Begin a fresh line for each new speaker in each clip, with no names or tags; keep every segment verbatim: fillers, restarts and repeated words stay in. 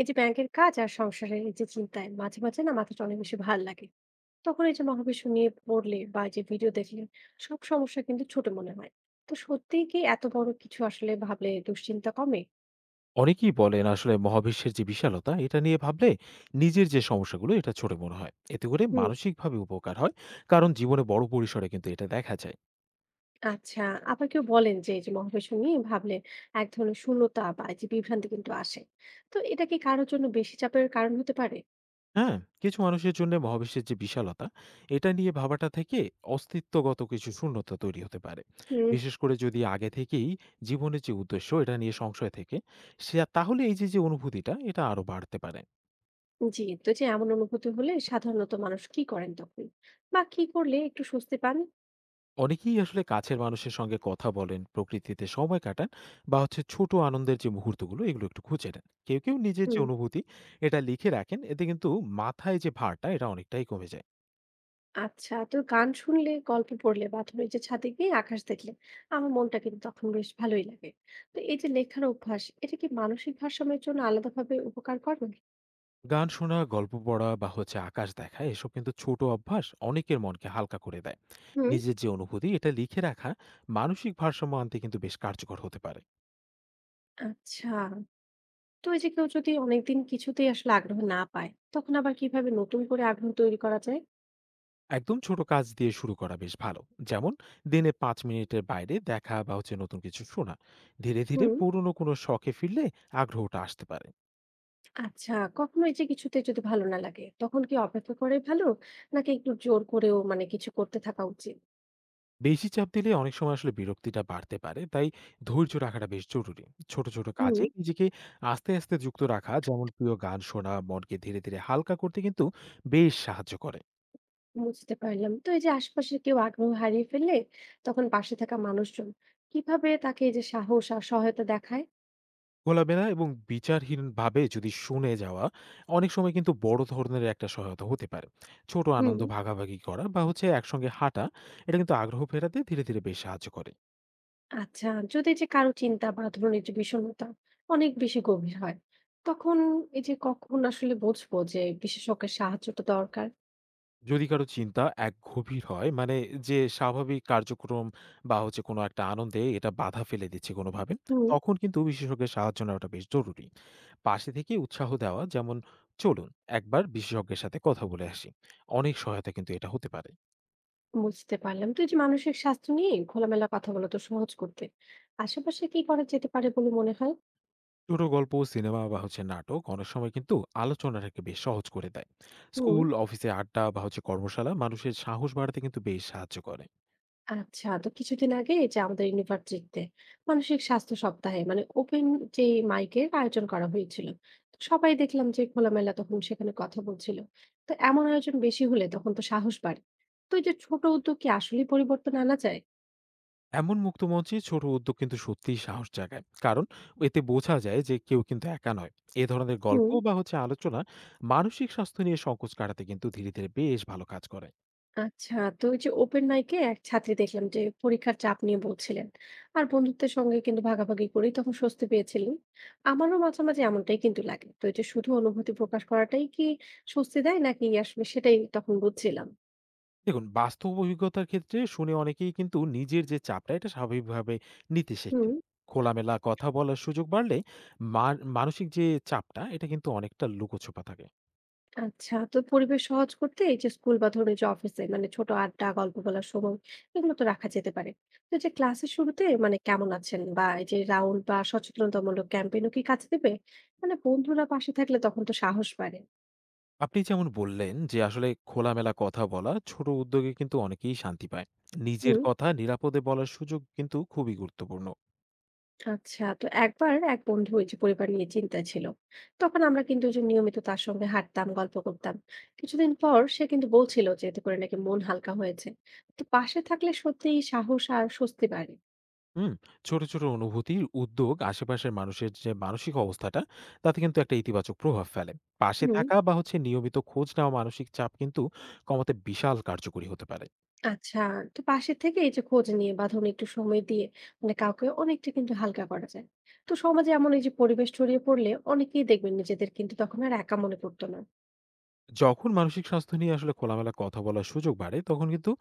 এই যে ব্যাংকের কাজ আর সংসারের এই যে চিন্তায় মাঝে মাঝে না মাথাটা অনেক বেশি ভার লাগে। তখন এই যে মহাবিশ্ব নিয়ে পড়লে বা এই যে ভিডিও দেখলে সব সমস্যা কিন্তু ছোট মনে হয়। তো সত্যিই কি এত বড় কিছু আসলে ভাবলে দুশ্চিন্তা কমে?
অনেকেই বলেন আসলে মহাবিশ্বের যে বিশালতা এটা নিয়ে ভাবলে নিজের যে সমস্যাগুলো এটা ছোট মনে হয়, এতে করে
হুম।
মানসিকভাবে উপকার হয়। কারণ জীবনে বড় পরিসরে কিন্তু এটা দেখা যায়।
আচ্ছা। আবার কেউ বলেন যে এই যে মহাবিশ্ব নিয়ে ভাবলে এক ধরনের শূন্যতা বা এই যে বিভ্রান্তি কিন্তু আসে। তো এটা কি কারোর জন্য বেশি চাপের কারণ হতে পারে?
হ্যাঁ, কিছু মানুষের জন্য মহাবিশ্বের যে বিশালতা এটা নিয়ে ভাবাটা থেকে অস্তিত্বগত কিছু শূন্যতা তৈরি হতে পারে।
হুম।
বিশেষ করে যদি আগে থেকেই জীবনের যে উদ্দেশ্য এটা নিয়ে সংশয় থেকে সে, তাহলে এই যে যে অনুভূতিটা এটা আরো বাড়তে পারে।
জি, তো যে এমন অনুভূতি হলে সাধারণত মানুষ কি করেন তখন, বা কি করলে একটু স্বস্তি পান?
অনেকেই আসলে কাছের মানুষের সঙ্গে কথা বলেন, প্রকৃতিতে সময় কাটান, বা হচ্ছে ছোট আনন্দের যে মুহূর্তগুলো এগুলো একটু খুঁজে নেন। কেউ কেউ নিজের যে অনুভূতি এটা লিখে রাখেন, এতে কিন্তু মাথায় যে ভারটা এটা অনেকটাই কমে যায়।
আচ্ছা, তো গান শুনলে গল্প পড়লে বা ধরো এই যে ছাদে গিয়ে আকাশ দেখলে আমার মনটা কিন্তু তখন বেশ ভালোই লাগে। তো এই যে লেখার অভ্যাস এটা কি মানসিক ভারসাম্যের জন্য আলাদাভাবে উপকার করে?
গান শোনা, গল্প পড়া বা হচ্ছে আকাশ দেখা এসব কিন্তু ছোট অভ্যাস অনেকের মনকে হালকা করে দেয়।
হুম।
নিজের যে অনুভূতি এটা লিখে রাখা মানসিক ভারসাম্য আনতে কিন্তু বেশ কার্যকর হতে পারে।
আচ্ছা, তো এই যে কেউ যদি অনেকদিন কিছুতেই আসলে আগ্রহ না পায় তখন আবার কিভাবে নতুন করে আগ্রহ তৈরি করা যায়?
একদম ছোট কাজ দিয়ে শুরু করা বেশ ভালো। যেমন দিনে পাঁচ মিনিটের বাইরে দেখা বা হচ্ছে নতুন কিছু শোনা, ধীরে ধীরে
হুম।
পুরনো কোনো শখে ফিরলে আগ্রহটা আসতে পারে।
আচ্ছা। কখনো এই যে কিছুতে যদি ভালো না লাগে তখন কি অপেক্ষা করে ভালো, নাকি একটু জোর করেও মানে কিছু করতে থাকা উচিত?
বেশি চাপ দিলে অনেক সময় আসলে বিরক্তিটা বাড়তে পারে, তাই ধৈর্য রাখাটা বেশ জরুরি। ছোট ছোট
হুম।
কাজে নিজেকে আস্তে আস্তে যুক্ত রাখা, যেমন প্রিয় গান শোনা, মনকে ধীরে ধীরে হালকা করতে কিন্তু বেশ সাহায্য করে।
বুঝতে পারলাম। তো এই যে আশপাশের কেউ আগ্রহ হারিয়ে ফেললে তখন পাশে থাকা মানুষজন কিভাবে তাকে এই যে সাহস আর সহায়তা দেখায়?
খোলামেলা এবং বিচারহীনভাবে যদি শুনে যাওয়া অনেক সময় কিন্তু বড় ধরনের একটা সহায়তা হতে পারে। ছোট
হুম।
আনন্দ ভাগাভাগি করা বা হচ্ছে একসঙ্গে হাঁটা, এটা কিন্তু আগ্রহ ফেরাতে ধীরে ধীরে বেশ সাহায্য করে।
আচ্ছা, যদি এই যে কারো চিন্তা বা ধরুন এই যে বিষণ্ণতা অনেক বেশি গভীর হয় তখন এই যে কখন আসলে বুঝবো যে বিশেষজ্ঞের সাহায্যটা দরকার?
যদি কারো চিন্তা এক গভীর হয়, মানে যে স্বাভাবিক কার্যক্রম বা হচ্ছে কোনো একটা আনন্দে এটা বাধা ফেলে দিচ্ছে কোনোভাবে,
হুম।
তখন কিন্তু বিশেষজ্ঞের সাহায্য নেওয়াটা বেশ জরুরি। পাশে থেকে উৎসাহ দেওয়া, যেমন, চলুন একবার বিশেষজ্ঞের সাথে কথা বলে আসি, অনেক সহায়তা কিন্তু এটা হতে পারে।
বুঝতে পারলাম। তো এই যে মানসিক স্বাস্থ্য নিয়ে খোলামেলা কথা বলা তো সহজ করতে আশেপাশে কি করা যেতে পারে বলে মনে হয়?
ছোট গল্প, সিনেমা বা হচ্ছে নাটক অনেক সময় কিন্তু আলোচনাটাকে বেশ সহজ করে দেয়।
হুম।
স্কুল, অফিসে আড্ডা বা হচ্ছে কর্মশালা মানুষের সাহস বাড়াতে কিন্তু বেশ সাহায্য করে।
আচ্ছা, তো কিছুদিন আগে এই যে আমাদের ইউনিভার্সিটিতে মানসিক স্বাস্থ্য সপ্তাহে মানে ওপেন যে মাইকের আয়োজন করা হয়েছিল। তো সবাই দেখলাম যে খোলামেলা তখন সেখানে কথা বলছিল। তো এমন আয়োজন বেশি হলে তখন তো সাহস বাড়ে। তো এই যে ছোট উদ্যোগ কি আসলেই পরিবর্তন আনা যায়?
এমন মুক্ত মঞ্চে ছোট উদ্যোগ কিন্তু সত্যিই সাহস জাগায়, কারণ এতে বোঝা যায় যে কেউ কিন্তু একা নয়। এ ধরনের গল্প
হুম।
বা হচ্ছে আলোচনা মানসিক স্বাস্থ্য নিয়ে সংকোচ কাটাতে কিন্তু ধীরে ধীরে বেশ ভালো কাজ করে।
আচ্ছা, তো ওই যে ওপেন মাইকে এক ছাত্রী দেখলাম যে পরীক্ষার চাপ নিয়ে বলছিলেন আর বন্ধুত্বের সঙ্গে কিন্তু ভাগাভাগি করেই তখন স্বস্তি পেয়েছিলেন। আমারও মাঝে মাঝে এমনটাই কিন্তু লাগে। তো এই যে শুধু অনুভূতি প্রকাশ করাটাই কি স্বস্তি দেয়, নাকি আসলে সেটাই তখন বুঝছিলাম।
দেখুন, বাস্তব অভিজ্ঞতার ক্ষেত্রে শুনে অনেকেই কিন্তু নিজের যে চাপটা, এটা স্বাভাবিকভাবে নিতে
হুম।
শেখেন। খোলামেলা কথা বলার সুযোগ বাড়লে মান মানসিক যে চাপটা, এটা কিন্তু অনেকটা লুকোছোপা থাকে।
আচ্ছা, তো পরিবেশ সহজ করতে এই যে স্কুল বা ধরুন এই যে অফিসে মানে ছোট আড্ডা গল্প বলার সময় এগুলো তো রাখা যেতে পারে। তো এই যে ক্লাসের শুরুতে মানে কেমন আছেন বা এই যে রাউন্ড বা সচেতনতামূলক ক্যাম্পেইনও কি কাজে দেবে? মানে বন্ধুরা পাশে থাকলে তখন তো সাহস বাড়ে।
আপনি যেমন বললেন যে, আসলে খোলামেলা কথা বলা, ছোট উদ্যোগে কিন্তু অনেকেই শান্তি পায়। নিজের
হুম,
কথা নিরাপদে বলার সুযোগ কিন্তু খুবই গুরুত্বপূর্ণ।
আচ্ছা। তো একবার এক বন্ধু ওই যে পরিবার নিয়ে চিন্তায় ছিল। তখন আমরা কিন্তু ওই যে নিয়মিত তার সঙ্গে হাঁটতাম, গল্প করতাম। কিছুদিন পর সে কিন্তু বলছিল যে এতে করে নাকি মন হালকা হয়েছে। তো পাশে থাকলে সত্যিই সাহস আর স্বস্তি বাড়ে।
হুম। ছোট, ছোট অনুভূতির উদ্যোগ আশেপাশের মানুষের যে মানসিক অবস্থাটা, তাতে কিন্তু একটা ইতিবাচক প্রভাব ফেলে। পাশে
হুম,
থাকা বা হচ্ছে নিয়মিত খোঁজ নেওয়া মানসিক চাপ কিন্তু কমাতে বিশাল কার্যকরী হতে পারে।
আচ্ছা। তো পাশে থেকে এই যে খোঁজ নিয়ে বা ধরুন একটু সময় দিয়ে মানে কাউকে অনেকটা কিন্তু হালকা করা যায়। তো সমাজে এমন এই যে পরিবেশ ছড়িয়ে পড়লে অনেকেই দেখবেন নিজেদের কিন্তু তখন আর একা মনে করতো না।
যখন মানসিক স্বাস্থ্য নিয়ে আসলে খোলামেলা কথা বলার সুযোগ বাড়ে, তখন কিন্তু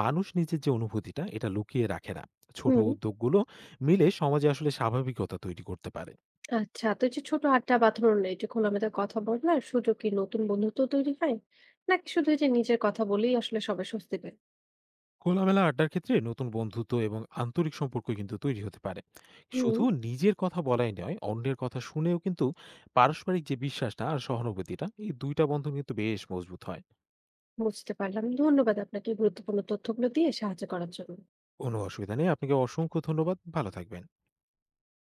মানুষ নিজের যে অনুভূতিটা, এটা লুকিয়ে রাখে না। ছোট
হুম।
উদ্যোগগুলো মিলে সমাজে আসলে স্বাভাবিকতা তৈরি করতে পারে।
আচ্ছা, তো এই যে ছোট আড্ডা বা ধরুন এই যে খোলামেলা কথা বলার সুযোগ কি নতুন বন্ধুত্ব তৈরি হয়, নাকি শুধু এই যে নিজের কথা বলেই আসলে সবাই স্বস্তি পায়?
খোলামেলা আড্ডার ক্ষেত্রে নতুন বন্ধুত্ব এবং আন্তরিক সম্পর্ক কিন্তু তৈরি হতে পারে।
হুম।
শুধু নিজের কথা বলাই নয়, অন্যের কথা শুনেও কিন্তু পারস্পরিক যে বিশ্বাসটা আর সহানুভূতিটা, এই দুইটা বন্ধন কিন্তু বেশ মজবুত হয়।
বুঝতে পারলাম। ধন্যবাদ আপনাকে এই গুরুত্বপূর্ণ তথ্যগুলো দিয়ে সাহায্য করার জন্য।
কোনো অসুবিধা নেই, আপনাকে অসংখ্য ধন্যবাদ, ভালো থাকবেন।